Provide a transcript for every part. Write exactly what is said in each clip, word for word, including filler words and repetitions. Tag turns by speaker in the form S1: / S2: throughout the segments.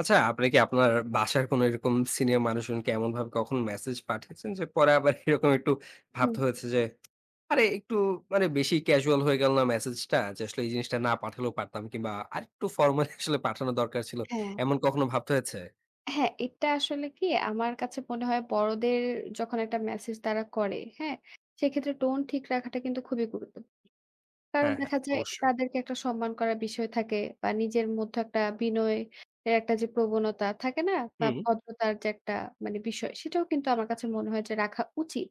S1: আচ্ছা, আপনি কি আপনার বাসার কোনো এরকম সিনিয়র মানুষজনকে এমনভাবে কখনো মেসেজ পাঠিয়েছেন যে, পরে আবার এরকম একটু
S2: হুম,
S1: ভাবতে হয়েছে যে, আরে একটু মানে বেশি ক্যাজুয়াল হয়ে গেল না মেসেজটা? যে আসলে এই জিনিসটা না পাঠালেও পারতাম কিংবা আরেকটু ফরমালি আসলে পাঠানো দরকার ছিল।
S2: হ্যাঁ,
S1: এমন কখনো ভাবতে হয়েছে?
S2: হ্যাঁ, এটা আসলে কি আমার কাছে মনে হয় বড়দের যখন একটা মেসেজ তারা করে, হ্যাঁ? সেক্ষেত্রে টোন ঠিক রাখাটা কিন্তু খুবই গুরুত্বপূর্ণ। কারণ
S1: হ্যাঁ, হ্যাঁ।
S2: দেখা যায়
S1: অবশ্যই।
S2: তাদেরকে একটা সম্মান করার বিষয় থাকে বা নিজের মধ্যে একটা বিনয় এর একটা যে প্রবণতা থাকে না? বা
S1: হুম।
S2: ভদ্রতার যে একটা মানে বিষয় সেটাও কিন্তু আমার কাছে মনে হয় যে রাখা উচিত।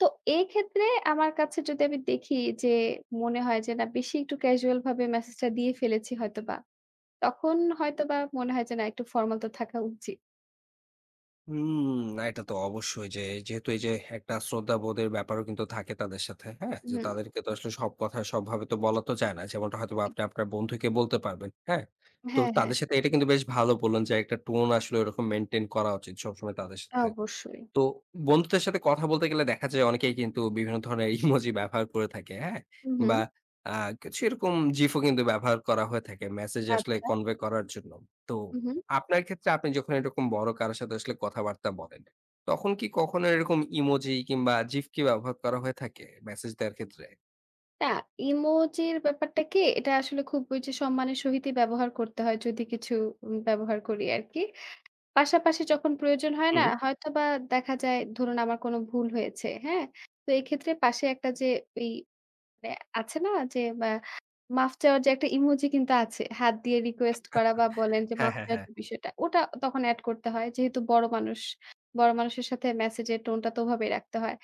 S2: তো এক্ষেত্রে আমার কাছে যদি আমি দেখি যে মনে হয় যে না বেশি একটু ক্যাজুয়াল ভাবে মেসেজটা দিয়ে ফেলেছি হয়তোবা। তখন হয়তোবা মনে হয় যে না একটু ফরমাল তো থাকা উচিত।
S1: হুম, না এটা তো অবশ্যই যে যেহেতু এই যে একটা শ্রদ্ধাবোধের ব্যাপারও কিন্তু থাকে তাদের সাথে, হ্যাঁ? যে
S2: হুম।
S1: তাদেরকে তো আসলে সব কথা সবভাবে তো বলা তো যায় না। যেমনটা হয়তোবা আপনি আপনার বন্ধুকে বলতে পারবেন, হ্যাঁ? তো
S2: হ্যাঁ, হ্যাঁ।
S1: তাদের সাথে এটা কিন্তু বেশ ভালো বললেন যে একটা টোন আসলে ওরকম মেইনটেইন করা উচিত সবসময় তাদের
S2: তা
S1: সাথে।
S2: অবশ্যই।
S1: তো বন্ধুদের সাথে কথা বলতে গেলে দেখা যায় অনেকেই কিন্তু বিভিন্ন ধরনের ইমোজি ব্যবহার করে থাকে, হ্যাঁ?
S2: হু, হুম।
S1: বা আ কিছু এরকম জিফও কিন্তু ব্যবহার করা হয়ে থাকে মেসেজ আসলে
S2: আচ্ছা।
S1: কনভে করার জন্য। তো
S2: হু, হুম।
S1: আপনার ক্ষেত্রে আপনি যখন এরকম বড় কারো সাথে আসলে কথাবার্তা বলেন, তখন কি কখনো এরকম ইমোজি কিংবা জিফ কি ব্যবহার করা হয়ে থাকে মেসেজ দেওয়ার ক্ষেত্রে?
S2: না, ইমোজির ব্যাপারটা কি? এটা আসলে খুব ওই যে সম্মানের সহিতই ব্যবহার করতে হয় যদি কিছু উম ব্যবহার করি আরকি। পাশাপাশি যখন প্রয়োজন হয় না?
S1: হুম।
S2: হয়তোবা দেখা যায় ধরুন আমার কোনো ভুল হয়েছে, হ্যাঁ? তো এক্ষেত্রে পাশে একটা যে এই মানে আছে না যে মা মাফ চাওয়ার যে একটা ইমোজি কিন্তু আছে। হাত দিয়ে রিকোয়েস্ট করা বা বলেন যে
S1: হ্যাঁ,
S2: মাফ
S1: হ্যাঁ,
S2: চাওয়ার
S1: হ্যাঁ।
S2: যে বিষয়টা, ওটা তখন এড করতে হয়। যেহেতু বড় মানুষ, বড় মানুষের সাথে মেসেজের টোনটা তো ওভাবেই রাখতে হয়।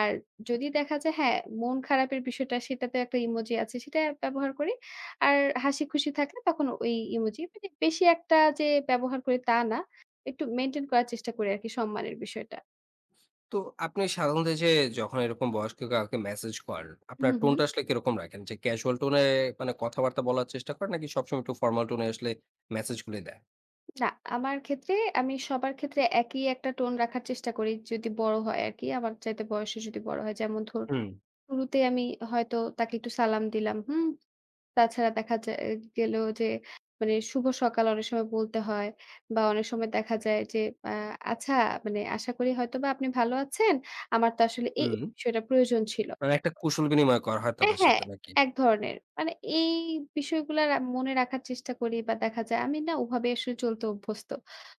S2: আর যদি দেখা যায় হ্যাঁ, মন খারাপের বিষয়টা সেটাতে একটা ইমোজি আছে, সেটা ব্যবহার করি। আর হাসি-খুশি থাকলে তখন ওই ইমোজি মানে বেশি একটা যে ব্যবহার করি তা না। একটু মেইনটেইন করার চেষ্টা করি আরকি সম্মানের বিষয়টা।
S1: তো আপনি সাধারণত এই যে যখন এরকম বয়স্ক কাউকে মেসেজ করেন,
S2: হুম,
S1: আপনার
S2: হুম।
S1: টোনটা আসলে কিরকম রাখেন? যে ক্যাজুয়াল টোনে মানে কথাবার্তা বলার চেষ্টা করেন নাকি সবসময় একটু ফর্মাল টোনে আসলে মেসেজগুলি দেন?
S2: না, আমার ক্ষেত্রে আমি সবার ক্ষেত্রে একই একটা টোন রাখার চেষ্টা করি যদি বড় হয় আরকি। আমার চাইতে বয়সে যদি বড় হয়। যেমন ধরুন
S1: হুম।
S2: শুরুতে আমি হয়তো তাকে একটু সালাম দিলাম, হুম? তাছাড়া দেখা যায় গেল যে মানে শুভ সকাল অনেক সময় বলতে হয় বা অনেক সময় দেখা যায় যে আ আচ্ছা মানে আশা করি হয়তোবা আপনি ভালো আছেন। আমার তো আসলে এই,
S1: হুম।
S2: এই বিষয়টা প্রয়োজন ছিল।
S1: মানে একটা কুশল বিনিময় করা হয়
S2: হ্যাঁ,
S1: তাদের
S2: হ্যাঁ,
S1: সাথে নাকি?
S2: এক ধরনের। মানে এই বিষয়গুলা রা মনে রাখার চেষ্টা করি বা দেখা যায় আমি না ওভাবে আসলে চলতে অভ্যস্ত।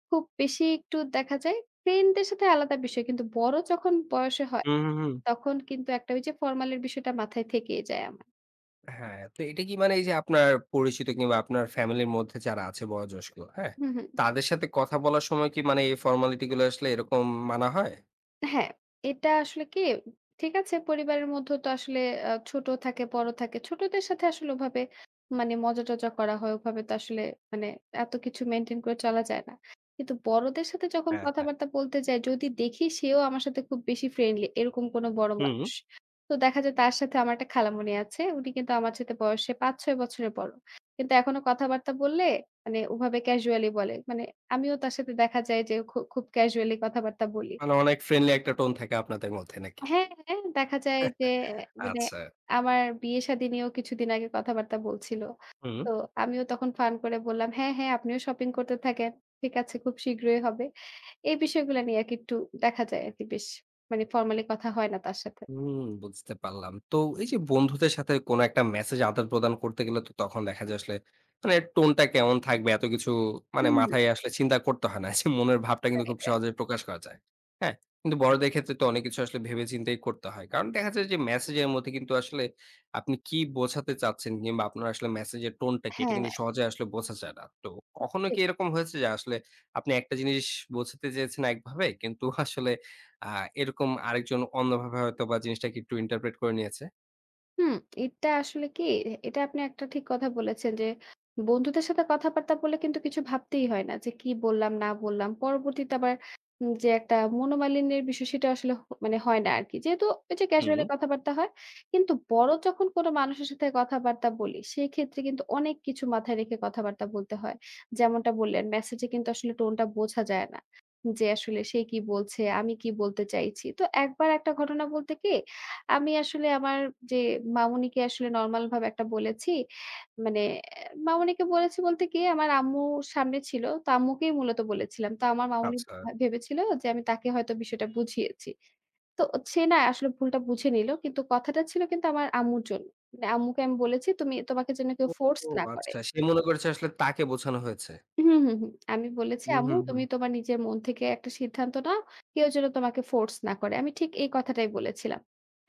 S2: খুব বেশি একটু দেখা যায় ফ্রেন্ডদের সাথে আলাদা বিষয়। কিন্তু বড় যখন বয়সে হয়
S1: হুম, হুম, হুম।
S2: তখন কিন্তু একটা ওই যে ফর্মাল এর বিষয়টা মাথায় থেকেই যায় আমার।
S1: হ্যাঁ, তো এটা কি মানে এই যে আপনার পরিচিত কিংবা আপনার ফ্যামিলির মধ্যে যারা আছে বয়োজ্যেষ্ঠ, হ্যাঁ?
S2: হু, হু।
S1: তাদের সাথে কথা বলার সময় কি মানে এই ফর্মালিটি গুলো আসলে এরকম মানা হয়?
S2: হ্যাঁ, এটা আসলে কি ঠিক আছে পরিবারের মধ্যেও তো আসলে আ ছোট থাকে, বড় থাকে। ছোটদের সাথে আসলে ওভাবে মানে মজা-টজা করা হয়। ওভাবে তো আসলে মানে এত কিছু মেইনটেইন করে চলা যায় না। কিন্তু বড়দের সাথে যখন
S1: হ্যাঁ, হ্যাঁ।
S2: কথাবার্তা বলতে যাই, যদি দেখি সেও আমার সাথে খুব বেশি ফ্রেন্ডলি এরকম কোনো বড়
S1: হুম,
S2: মানুষ। তো দেখা যায় তার সাথে আমার একটা খালামণি আছে। উনি কিন্তু আমার সাথে বয়সে পাঁচ ছয় বছরের বড়। কিন্তু এখনো কথাবার্তা বললে মানে ওভাবে ক্যাজুয়ালি বলে। মানে আমিও তার সাথে দেখা যায় যে খু খুব ক্যাজুয়ালি কথাবার্তা বলি।
S1: মানে অনেক ফ্রেন্ডলি একটা টোন থাকে আপনাদের মধ্যে নাকি?
S2: হ্যাঁ, হ্যাঁ, দেখা যায় যে মানে
S1: আচ্ছা।
S2: আমার বিয়ে-শাদী নিয়েও কিছুদিন আগে কথাবার্তা বলছিল।
S1: হুম।
S2: তো আমিও তখন ফান করে বললাম, "হ্যাঁ, হ্যাঁ, আপনিও শপিং করতে থাকেন। ঠিক আছে, খুব শীঘ্রই হবে।" এই বিষয়গুলা নিয়ে আরকি একটু দেখা যায় আরকি বেশ মানে ফর্মালি কথা হয় না তার সাথে।
S1: হুম, বুঝতে পারলাম। তো এই যে বন্ধুদের সাথে কোনো একটা মেসেজ আদান-প্রদান করতে গেলে তো তখন দেখা যায় আসলে মানে টোনটা কেমন থাকবে এত কিছু মানে
S2: হুম।
S1: মাথায় আসলে চিন্তা করতে হয় না। যে মনের ভাবটা কিন্তু
S2: রাইট,
S1: খুব
S2: রাইট।
S1: সহজে প্রকাশ করা যায়। হ্যাঁ? কিন্তু বড়দের ক্ষেত্রে তো অনেক কিছু আসলে ভেবে চিন্তেই করতে হয়। কারণ দেখা যায় যে মেসেজের মধ্যে কিন্তু আসলে আপনি কি বোঝাতে চাচ্ছেন কিংবা আপনার আসলে মেসেজের টোনটা কি এটা
S2: হ্যাঁ।
S1: কিন্তু সহজে আসলে বোঝা যায় না। তো কখনো কি এরকম হয়েছে যে আসলে আপনি একটা জিনিস বোঝাতে চেয়েছেন একভাবে কিন্তু আসলে আ এরকম আরেকজন অন্যভাবে হয়তোবা জিনিসটাকে একটু ইন্টারপ্রেট করে নিয়েছে।
S2: হুম, এটা আসলে কি এটা আপনি একটা ঠিক কথা বলেছেন যে, বন্ধুদের সাথে কথাবার্তা বললে কিন্তু কিছু ভাবতেই হয় না যে, কি বললাম না বললাম। পরবর্তীতে আবার উম যে একটা মনোমালিন্যের বিষয় সেটা আসলে হ মানে হয় না আরকি। যেহেতু ওই যে
S1: হুম,
S2: ক্যাজুয়ালি কথাবার্তা হয়। কিন্তু বড় যখন কোনো মানুষের সাথে কথাবার্তা বলি, সেক্ষেত্রে কিন্তু অনেক কিছু মাথায় রেখে কথাবার্তা বলতে হয়। যেমনটা বললেন মেসেজে কিন্তু আসলে টোনটা বোঝা যায় না। যে আসলে সে কি বলছে, আমি কি বলতে চাইছি। তো একবার একটা ঘটনা বলতে কি আমি আসলে আমার যে মামুনিকে আসলে নরমাল ভাবে একটা বলেছি। মানে মামুনিকে বলেছি বলতে কি আমার আম্মু সামনে ছিল। তো আম্মুকেই মূলত বলেছিলাম। তো আমার মামুনি
S1: আচ্ছা।
S2: ভা ভেবেছিল যে আমি তাকে হয়তো বিষয়টা বুঝিয়েছি। তো সে না আসলে ভুলটা বুঝে নিল। কিন্তু কথাটা ছিল কিন্তু আমার আম্মুর জন্য। মানে আম্মুকে আমি বলেছি, "তুমি তোমাকে যেন কেউ
S1: ও
S2: ফোর্স
S1: ও,
S2: না করে।"
S1: আচ্ছা। সে মনে করেছে আসলে তাকে বোঝানো হয়েছে।
S2: হুম, হুম, হুম। আমি বলেছি,
S1: হুম,
S2: "আম্মু
S1: হুম, হুম,
S2: তুমি তোমার নিজের মন থেকে একটা সিদ্ধান্ত নাও। কেউ যেন তোমাকে ফোর্স না করে।" আমি ঠিক এই কথাটাই বলেছিলাম।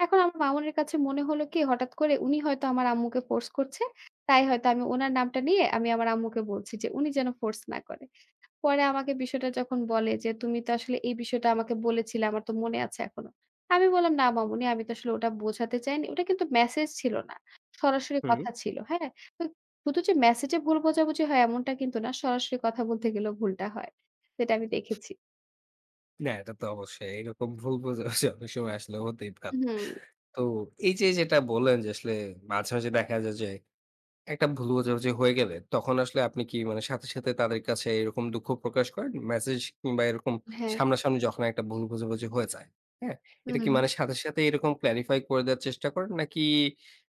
S2: এখন আমার মামুনের কাছে মনে হলো কি হঠাৎ করে উনি হয়তো আমার আম্মুকে ফোর্স করছে। তাই হয়তো আমি উনার নামটা নিয়ে আমি আমার আম্মুকে বলছি যে, "উনি যেন ফোর্স না করে।" পরে আমাকে বিষয়টা যখন বলে যে, "তুমি তো আসলে এই বিষয়টা আমাকে বলেছিলে, আমার তো মনে আছে এখনো।" আমি বললাম, "না মামুনি, আমি তো আসলে ওটা বোঝাতে চাইনি।" ওটা কিন্তু মেসেজ ছিল না। সরাসরি
S1: হুম।
S2: কথা ছিল, হ্যাঁ? তো শুধু যে মেসেজে ভুল বোঝাবুঝি হয় এমনটা কিন্তু না। সরাসরি কথা বলতে গেলেও ভুলটা হয়। সেটা আমি দেখেছি।
S1: না, এটা তো অবশ্যই। এরকম ভুল বোঝাবুঝি অনেক সময় আসলে হতেই পারে।
S2: হুম,
S1: তো এই যে যেটা বললেন যে আসলে মাঝে, মাঝে দেখা যায় যে একটা ভুল বোঝাবুঝি হয়ে গেলে তখন আসলে আপনি কি মানে সাথে, সাথে তাদের কাছে এরকম দুঃখ প্রকাশ করেন? মেসেজ কিংবা এরকম
S2: হ্যাঁ।
S1: সামনাসামনি যখন একটা ভুল বোঝাবুঝি হয়ে যায়, হ্যাঁ?
S2: হুম,
S1: এটা কি
S2: হুম।
S1: মানে সাথে, সাথে এরকম clarify করে দেওয়ার চেষ্টা করেন? নাকি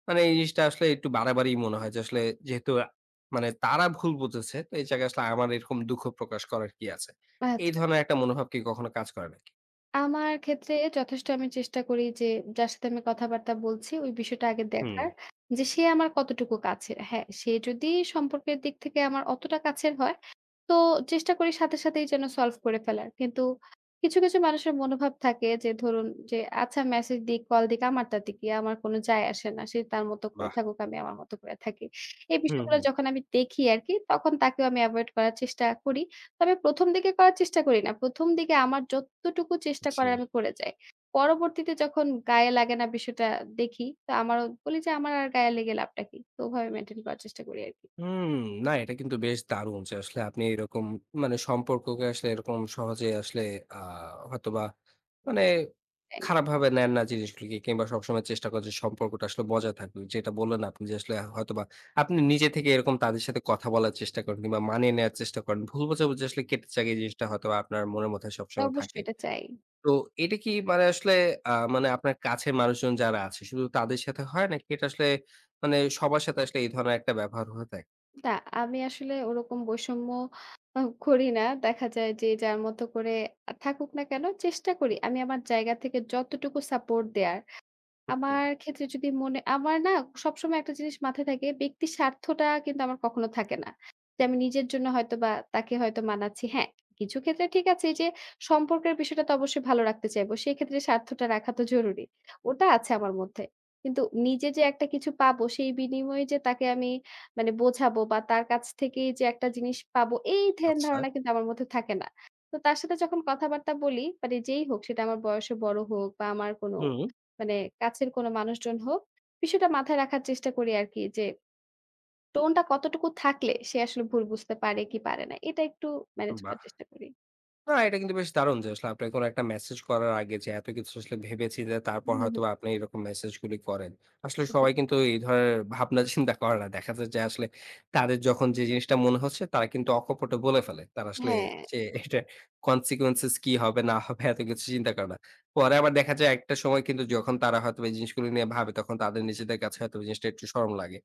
S1: মানে এই জিনিসটা আসলে একটু বাড়াবাড়িই মনে হয় যে আসলে যেহেতু আ মানে তারা ভুল বুঝেছে তো এই জায়গায় আসলে আমার এরকম দুঃখ প্রকাশ করার কি আছে? এই
S2: আচ্ছা।
S1: ধরনের একটা মনোভাব কি কখনো কাজ করে নাকি?
S2: আমার ক্ষেত্রে যথেষ্ট আমি চেষ্টা করি যে, যার সাথে আমি কথাবার্তা বলছি ওই বিষয়টা আগে
S1: হুম।
S2: দেখার যে, সে আমার কতটুকু কাছের। হ্যাঁ, সে যদি সম্পর্কের দিক থেকে আমার অতটা কাছের হয় তো চেষ্টা করি সাথে সাথেই যেন সলভ করে ফেলার। কিন্তু কিছু, কিছু মানুষের মনোভাব থাকে যে ধরুন যে আচ্ছা মেসেজ দিক, কল দিক আমার তাতে কি? আমার কোনো যায় আসে না। সে তার মতো করে
S1: বাহ!
S2: থাকুক, আমি আমার মতো করে থাকি। এই
S1: হুম,
S2: বিষয়গুলো
S1: হুম।
S2: যখন আমি দেখি আরকি তখন তাকেও আমি এভয়েড করার চেষ্টা করি। তবে ১ম দিকে করার চেষ্টা করি না। ১ম দিকে আমার যতটুকু চেষ্টা
S1: জি।
S2: করার আমি করে যাই। পরবর্তীতে যখন গায়ে লাগে না বিষয়টা দেখি তো আমারও বলি যে আমার আর গায়ে লেগে লাভটা কি? তো ওভাবে মেইনটেইন করার চেষ্টা করি আরকি।
S1: হুম, না এটা কিন্তু বেশ দারুণ যে আসলে আপনি এরকম মানে সম্পর্ককে আসলে এরকম সহজে আসলে আ হয়তোবা মানে
S2: তাই না?
S1: খারাপভাবে নেন না জিনিসগুলোকে কিংবা সবসময় চেষ্টা করেন যে সম্পর্কটা আসলে বজায় থাকবে। যেটা বললেন আপনি যে আসলে হয়তোবা আপনি নিজে থেকে এরকম তাদের সাথে কথা বলার চেষ্টা করেন কিংবা মানিয়ে নেয়ার চেষ্টা করেন। ভুল বোঝাবুঝি আসলে কেটে যাক এই জিনিসটা হয়তোবা আপনার মনের মধ্যে
S2: তা
S1: সবসময়
S2: অবশ্যই
S1: থাকে।
S2: এটা চাই।
S1: তো এটা কি মানে আসলে আ মানে আপনার কাছের মানুষজন যারা আছে শুধু তাদের সাথে হয় নাকি এটা আসলে মানে সবার সাথে আসলে এই ধরনের একটা ব্যবহার হয়ে থাকে?
S2: না, আমি আসলে ওরকম বৈষম্য আ করি না। দেখা যায় যে যার মতো করে আ থাকুক না কেন চেষ্টা করি আমি আমার জায়গা থেকে যতটুকু সাপোর্ট দেয়ার।
S1: হুম।
S2: আমার ক্ষেত্রে যদি মনে আমার না সবসময় একটা জিনিস মাথায় থাকে, ব্যক্তির স্বার্থটা কিন্তু আমার কখনো থাকে না। যে আমি নিজের জন্য হয়তোবা তাকে হয়তো মানাচ্ছি। হ্যাঁ, কিছু ক্ষেত্রে ঠিক আছে এই যে সম্পর্কের বিষয়টা তো অবশ্যই ভালো রাখতে চাইবো। সেক্ষেত্রে স্বার্থটা রাখা তো জরুরি। ওটা আছে আমার মধ্যে। কিন্তু নিজে যে একটা কিছু পাবো সেই বিনিময়ে যে তাকে আমি মানে বোঝাবো বা তার কাছ থেকেই যে একটা জিনিস পাবো এই ধ্যান
S1: আচ্ছা।
S2: ধারণা কিন্তু আমার মধ্যে থাকে না। তো তার সাথে যখন কথাবার্তা বলি মানে যেই হোক সেটা আমার বয়সে বড় হোক বা আমার কোনো
S1: হুম,
S2: মানে কাছের কোনো মানুষজন হোক, বিষয়টা মাথায় রাখার চেষ্টা করি আরকি যে, টোনটা কতটুকু থাকলে সে আসলে ভুল বুঝতে পারে কি পারে না। এটা একটু ম্যানেজ
S1: বাহ!
S2: করার চেষ্টা করি।
S1: না, এটা কিন্তু বেশ দারুণ যে আসলে আপনি কোন একটা মেসেজ করার আগে যে এত কিছু আসলে ভেবেচিন্তে তারপর
S2: হুম, হুম,
S1: হয়তোবা আপনি এরকম মেসেজগুলি করেন। আসলে
S2: জি।
S1: সবাই কিন্তু এই ধরনের ভাবনা চিন্তা করে না। দেখা যায় যে আসলে তাদের যখন যে জিনিসটা মনে হচ্ছে তারা কিন্তু অকপটে বলে ফেলে। তারা আসলে
S2: হ্যাঁ।
S1: যে এটা consequences কি হবে না হবে এত কিছু চিন্তা করে না। পরে আবার দেখা যায় একটা সময় কিন্তু যখন তারা হয়তোবা এই জিনিসগুলো নিয়ে ভাবে তখন তাদের নিজেদের কাছে হয়তো এই জিনিসটা একটু শরম লাগে।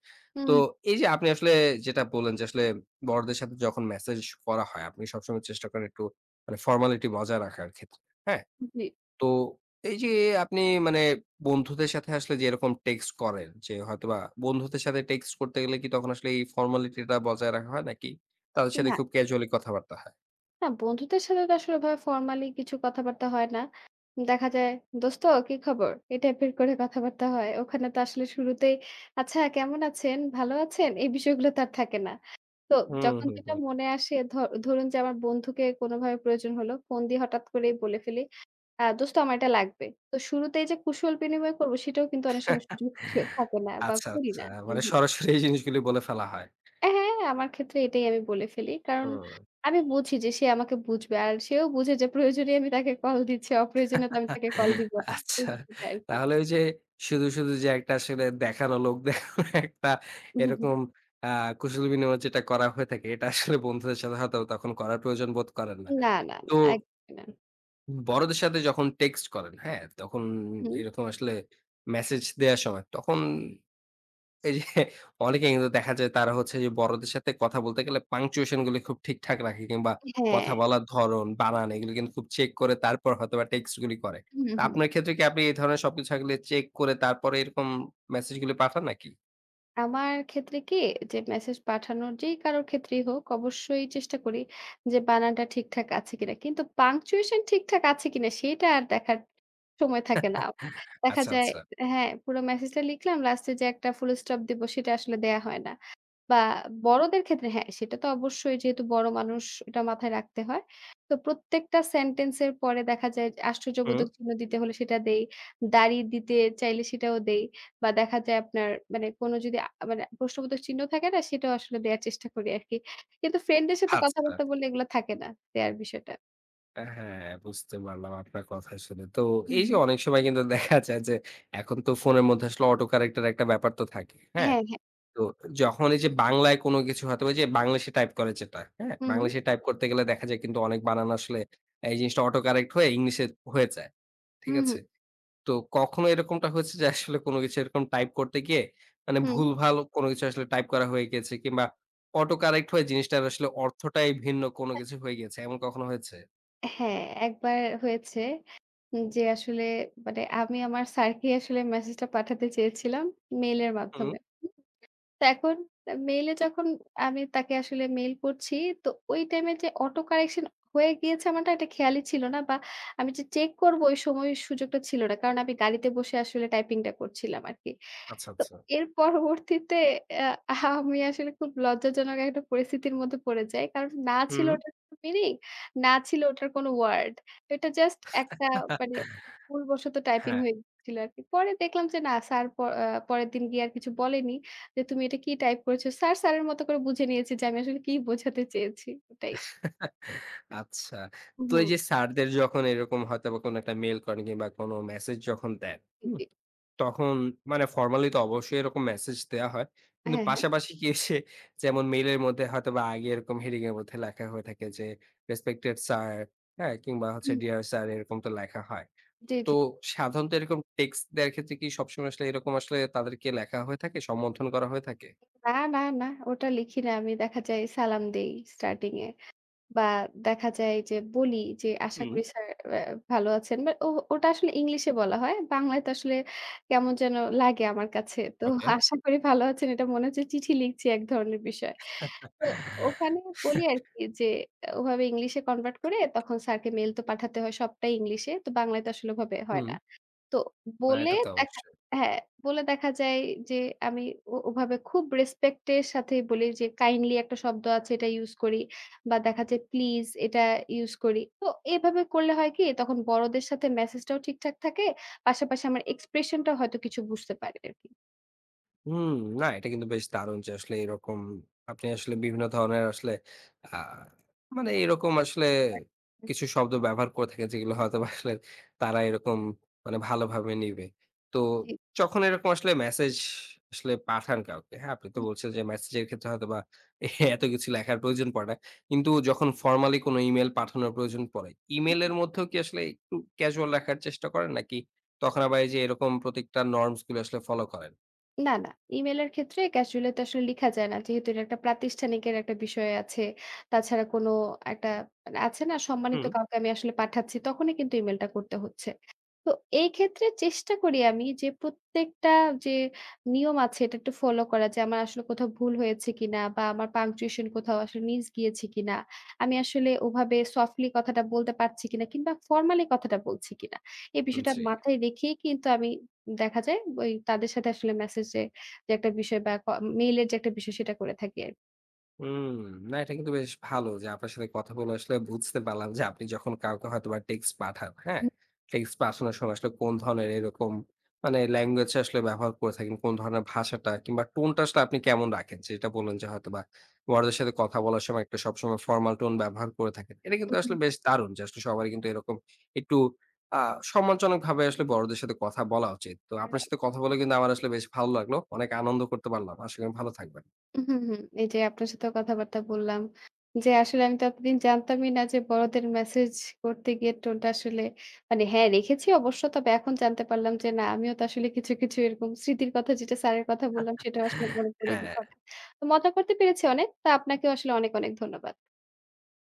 S1: তো এই যে আপনি আসলে যেটা বললেন যে আসলে বড়দের সাথে যখন মেসেজ করা হয় আপনি সবসময় চেষ্টা করেন একটু মানে ফর্মালিটি বজায় রাখার ক্ষেত্রে। হ্যাঁ?
S2: হুম, জি।
S1: তো এই যে আপনি মানে বন্ধুদের সাথে আসলে যে এরকম টেক্সট করেন যে হয়তোবা বন্ধুদের সাথে টেক্সট করতে গেলে কি তখন আসলে এই ফর্মালিটিটা বজায় রাখা হয় নাকি তাদের সাথে
S2: না,
S1: খুব ক্যাজুয়ালি কথাবার্তা হয়?
S2: না, বন্ধুদের সাথে তো আসলে ওভাবে ফর্মালি কিছু কথাবার্তা হয় না। দেখা যায়, "দোস্ত কি খবর?" এই টাইপের করে কথাবার্তা হয়। ওখানে তো আসলে শুরুতেই, "আচ্ছা কেমন আছেন? ভালো আছেন?" এই বিষয়গুলো তো আর থাকে না। তো
S1: হুম,
S2: যখন
S1: হুম,
S2: যেটা
S1: হুম।
S2: মনে আসে ধ ধরুন যে আমার বন্ধুকে কোনোভাবে প্রয়োজন হলো, ফোন দিয়ে হঠাৎ করেই বলে ফেলি, "আ দোস্ত আমার এটা লাগবে।" তো শুরুতেই যে কুশল বিনিময় করব সেটাও কিন্তু অনেক সময় সুযোগ থাকে না বা
S1: আচ্ছা,
S2: করি
S1: আচ্ছা।
S2: না। হু,
S1: মানে
S2: হু।
S1: সরাসরি এই জিনিসগুলি বলে ফেলা হয়।
S2: হ্যাঁ, আমার ক্ষেত্রে এটাই আমি বলে ফেলি। কারণ
S1: হুম।
S2: আমি বুঝি যে সে আমাকে বুঝবে। আর সেও বুঝে যে প্রয়োজনে আমি তাকে কল দিচ্ছি, অপ্রয়োজনে তো আমি তাকে কল দিব না। এই
S1: আচ্ছা।
S2: বিষয়টা আরকি।
S1: তাহলে ওই যে শুধু, শুধু যে একটা আসলে দেখানো লোক দেখানো একটা এরকম আ কুশল বিনিময় যেটা করা হয়ে থাকে এটা আসলে বন্ধুদের সাথে হয়তো তখন করার প্রয়োজন বোধ করেন না।
S2: না, না,
S1: তো
S2: না, একদমই না।
S1: বড়দের সাথে যখন টেক্সট করেন, হ্যাঁ? তখন
S2: হুম,
S1: এরকম আসলে মেসেজ দেয়ার সময় তখন এই যে অনেকে কিন্তু দেখা যায় তারা হচ্ছে যে বড়দের সাথে কথা বলতে গেলে পাংচুয়েশন গুলো খুব ঠিকঠাক রাখে কিংবা কথা
S2: হ্যাঁ।
S1: বলার ধরন, বানান এগুলো কিন্তু খুব চেক করে তারপর হয়তোবা টেক্সট গুলি করে।
S2: হুম,
S1: তা
S2: হুম।
S1: আপনার ক্ষেত্রে কি আপনি এই ধরনের সবকিছু আসলে চেক করে তারপরে এরকম মেসেজ গুলি পাঠান নাকি?
S2: আমার ক্ষেত্রে কি যে মেসেজ পাঠানোর যেই কারোর ক্ষেত্রেই হোক অবশ্যই চেষ্টা করি যে বানানটা ঠিকঠাক আছে কিনা। কিন্তু পাংচুয়েশন ঠিকঠাক আছে কিনা সেটা আর দেখার সময় থাকে না আমার। দেখা
S1: আচ্ছা,
S2: যায়
S1: আচ্ছা।
S2: হ্যাঁ, পুরো মেসেজটা লিখলাম লাস্টে যে একটা ফুল স্টপ দিব সেটা আসলে দেয়া হয় না। বা বড়দের ক্ষেত্রে হ্যাঁ, সেটা তো অবশ্যই যেহেতু বড় মানুষ এটা মাথায় রাখতে হয়। তো প্রত্যেকটা সেন্টেন্স এর পরে দেখা যায় যে
S1: হুম,
S2: আশ্চর্যবোধক চিহ্ন দিতে হলে সেটা দেই। দাড়ি দিতে চাইলে সেটাও দেই। বা দেখা যায় আপনার মানে কোনো যদি আ মানে প্রশ্নবোধক চিহ্ন থাকে না? সেটাও আসলে দেয়ার চেষ্টা করি আরকি। কিন্তু ফ্রেন্ডদের সাথে
S1: আচ্ছা।
S2: কথাবার্তা বললে এগুলা থাকে না দেয়ার বিষয়টা।
S1: হ্যাঁ, বুঝতে পারলাম আপনার কথা শুনে। তো
S2: হুম,
S1: এই যে
S2: হুম।
S1: অনেক সময় কিন্তু দেখা যায় যে এখন তো ফোনের মধ্যে আসলে অটো কারেক্ট এর একটা ব্যাপার তো থাকে। হ্যাঁ?
S2: হ্যাঁ, হ্যাঁ।
S1: তো যখন এই যে বাংলায় কোনো কিছু হয়তো ওই যে বাংলিশে টাইপ করে যেটা, হ্যাঁ?
S2: হুম, হুম।
S1: বাংলিশে টাইপ করতে গেলে দেখা যায় কিন্তু অনেক বানান আসলে এই জিনিসটা অটো কারেক্ট হয়ে ইংলিশে হয়ে যায়। ঠিক
S2: হুম, হুম।
S1: আছে? তো কখনো এরকমটা হয়েছে যে আসলে কোনো কিছু এরকম টাইপ করতে গিয়ে মানে ভুলভাল কোনো কিছু আসলে টাইপ করা হয়ে গিয়েছে কিংবা অটো কারেক্ট হয়ে জিনিসটার আসলে অর্থটাই ভিন্ন
S2: হুম।
S1: কোনো কিছু হয়ে গিয়েছে। এমন কখনো হয়েছে?
S2: হ্যাঁ, একবার হয়েছে যে আসলে মানে আমি আমার স্যারকে আসলে মেসেজটা পাঠাতে চেয়েছিলাম মেইলের
S1: হুম।
S2: মাধ্যমে। তো এখন মেইলে যখন আমি তাকে আসলে মেইল করছি, তো ওই টাইমে যে অটো কারেকশন হয়ে গিয়েছে আমারটা এটা খেয়ালই ছিল না বা আমি যে চেক করব ওই সময় সুযোগটা ছিল না। কারণ আমি গাড়িতে বসে আসলে টাইপিংটা করছিলাম আরকি।
S1: আচ্ছা,
S2: তো
S1: আচ্ছা।
S2: এর পরবর্তীতে আ আমি আসলে খুব লজ্জাজনক একটা পরিস্থিতির মধ্যে পড়ে যাই। কারণ না ছিল
S1: হুম।
S2: ওটার কোনো মিনিং, না ছিল ওটার কোনো ওয়ার্ড। এটা জাস্ট একটা মানে ভুলবশত টাইপিং
S1: হ্যাঁ।
S2: হয়ে গিয়েছিল আরকি। পরে দেখলাম যে না স্যার প আ পরের দিন গিয়ে আর কিছু বলেনি যে, "তুমি এটা কি টাইপ করেছো?" স্যার স্যারের মতো করে বুঝে নিয়েছে যে আমি আসলে কি বোঝাতে চেয়েছি ওটাই।
S1: আচ্ছা। তো
S2: হুম,
S1: এই যে স্যারদের যখন এরকম হয়তোবা কোনো একটা মেইল করেন কিংবা কোনো মেসেজ যখন দেন,
S2: জি,
S1: হুম?
S2: জি।
S1: তখন মানে ফরমালি তো অবশ্যই এরকম মেসেজ দেয়া হয়। কিন্তু
S2: হ্যাঁ, হ্যাঁ।
S1: পাশাপাশি কি এসে যেমন মেইলের মধ্যে হয়তোবা আগে এরকম হেডিং এর মধ্যে লেখা হয়ে থাকে যে রেসপেক্টেড স্যার, হ্যাঁ? কিংবা হচ্ছে
S2: হুম,
S1: ডিয়ার স্যার এরকম তো লেখা হয়।
S2: জি,
S1: তো
S2: জি।
S1: সাধারণত এরকম টেক্সট দেওয়ার ক্ষেত্রে কি সবসময় আসলে এরকম আসলে তাদেরকে লেখা হয়ে থাকে? সম্বোধন করা হয়ে থাকে?
S2: না, না, না। ওটা লিখি না আমি। দেখা যায় সালাম দেই স্টার্টিং এ। বা দেখা যায় যে বলি যে হুম। আশা
S1: হুম।
S2: করি স্যার অ্যা ভালো আছেন। বাট ও ওটা আসলে ইংলিশে বলা হয়। বাংলায় তো আসলে কেমন যেন লাগে আমার কাছে। তো
S1: ওকে।
S2: আশা করি ভালো আছেন এটা মনে হচ্ছে চিঠি লিখছি এক ধরনের বিষয়। তো ওখানে বলি আরকি যে আহ, ওভাবে ইংলিশে কনভার্ট করে তখন স্যারকে মেইল তো পাঠাতে হয় সবটাই ইংলিশে। তো বাংলায় তো আসলে ওভাবে হয়
S1: হুম,
S2: না। তো
S1: না
S2: বলে
S1: এটা তো
S2: দেখা
S1: অবশ্যই।
S2: হ্যাঁ, বলে দেখা যায় যে আমি ও ওভাবে খুব রেসপেক্ট এর সাথেই বলি যে কাইন্ডলি একটা শব্দ আছে এটা ইউস করি বা দেখা যায় প্লিজ এটা ইউস করি। তো এভাবে করলে হয় কি তখন বড়দের সাথে মেসেজটাও ঠিকঠাক থাকে। পাশাপাশি আমার এক্সপ্রেশনটাও হয়তো কিছু বুঝতে পারে আরকি।
S1: হুম, না এটা কিন্তু বেশ দারুণ যে আসলে এরকম আপনি আসলে বিভিন্ন ধরনের আসলে আ মানে এরকম আসলে কিছু শব্দ ব্যবহার করে থাকেন যেগুলো হয়তোবা আসলে তারা এরকম মানে ভালোভাবে নিবে। তো
S2: জি।
S1: যখন এরকম আসলে মেসেজ আসলে পাঠান কাউকে, হ্যাঁ? আপনি তো বলছেন যে মেসেজের ক্ষেত্রে হয়তোবা এত কিছু লেখার প্রয়োজন পড়ে না। কিন্তু যখন ফরমালি কোনো ইমেইল পাঠানোর প্রয়োজন পড়ে, ইমেইলের মধ্যেও কি আসলে একটু ক্যাজুয়াল রাখার চেষ্টা করেন? নাকি তখন আবার এই যে এরকম প্রত্যেকটা নরমস গুলো আসলে ফলো করেন?
S2: না, না, ইমেইলের ক্ষেত্রে ক্যাজুয়ালি তো আসলে লিখা যায় না। যেহেতু এটা একটা প্রাতিষ্ঠানিকের একটা বিষয় আছে। তাছাড়া কোনো একটা মানে আছে না সম্মানিত কাউকে আমি আসলে পাঠাচ্ছি, তখনই কিন্তু ইমেইলটা করতে হচ্ছে। তো এই ক্ষেত্রে চেষ্টা করি আমি যে প্রত্যেকটা যে নিয়ম আছে এটা একটু ফলো করা যে আমার আসলে কোথাও ভুল হয়েছে কিনা বা আমার পাংচুয়েশন কোথাও আসলে মিস গিয়েছে কিনা। আমি আসলে ওভাবে সফটলি কথাটা বলতে পারছি কিনা কিংবা ফরমালি কথাটা বলছি কিনা। এই বিষয়টা
S1: জি।
S2: মাথায় রেখেই কিন্তু আমি দেখা যায় ওই তাদের সাথে আসলে মেসেজে যে একটা বিষয় বা ক মেইলের যে একটা বিষয় সেটা করে থাকি আরকি।
S1: হুম, না এটা কিন্তু বেশ ভালো যে আপনার সাথে কথা বলে আসলে বুঝতে পারলাম যে আপনি যখন কাউকে হয়তোবা টেক্সট পাঠান, হ্যাঁ?
S2: হুম,
S1: টেক্সট পাঠানোর সময় আসলে কোন ধরনের এরকম মানে ল্যাঙ্গুয়েজ আসলে ব্যবহার করে থাকেন, কোন ধরনের ভাষাটা কিংবা টোনটা আসলে আপনি কেমন রাখেন? যেটা বললেন যে হয়তোবা বড়দের সাথে কথা বলার সময় একটা সবসময় ফরমাল টোন ব্যবহার করে থাকেন। এটা কিন্তু আসলে
S2: হুম।
S1: বেশ দারুণ যে আসলে সবারই কিন্তু এরকম একটু আ সম্মানজনকভাবে আসলে বড়দের সাথে কথা বলা উচিত। তো আপনার
S2: রাইট।
S1: সাথে কথা বলে কিন্তু আমার আসলে বেশ ভালো লাগলো। অনেক আনন্দ করতে পারলাম। আশা করি ভালো থাকবেন।
S2: হুম, হুম। এই যে আপনার সাথেও কথাবার্তা বললাম যে আসলে আমি তো এতদিন জানতামই না যে বড়দের মেসেজ করতে গিয়ে টোনটা আসলে মানে হ্যাঁ, রেখেছি অবশ্য। তবে এখন জানতে পারলাম যে না আমিও তো আসলে কিছু, কিছু এরকম স্মৃতির কথা যেটা স্যারের কথা বললাম সেটাও আসলে মনে পড়ে গেল।
S1: হ্যাঁ,
S2: তো মজা করতে পেরেছি অনেক। তো আপনাকেও আসলে অনেক, অনেক ধন্যবাদ।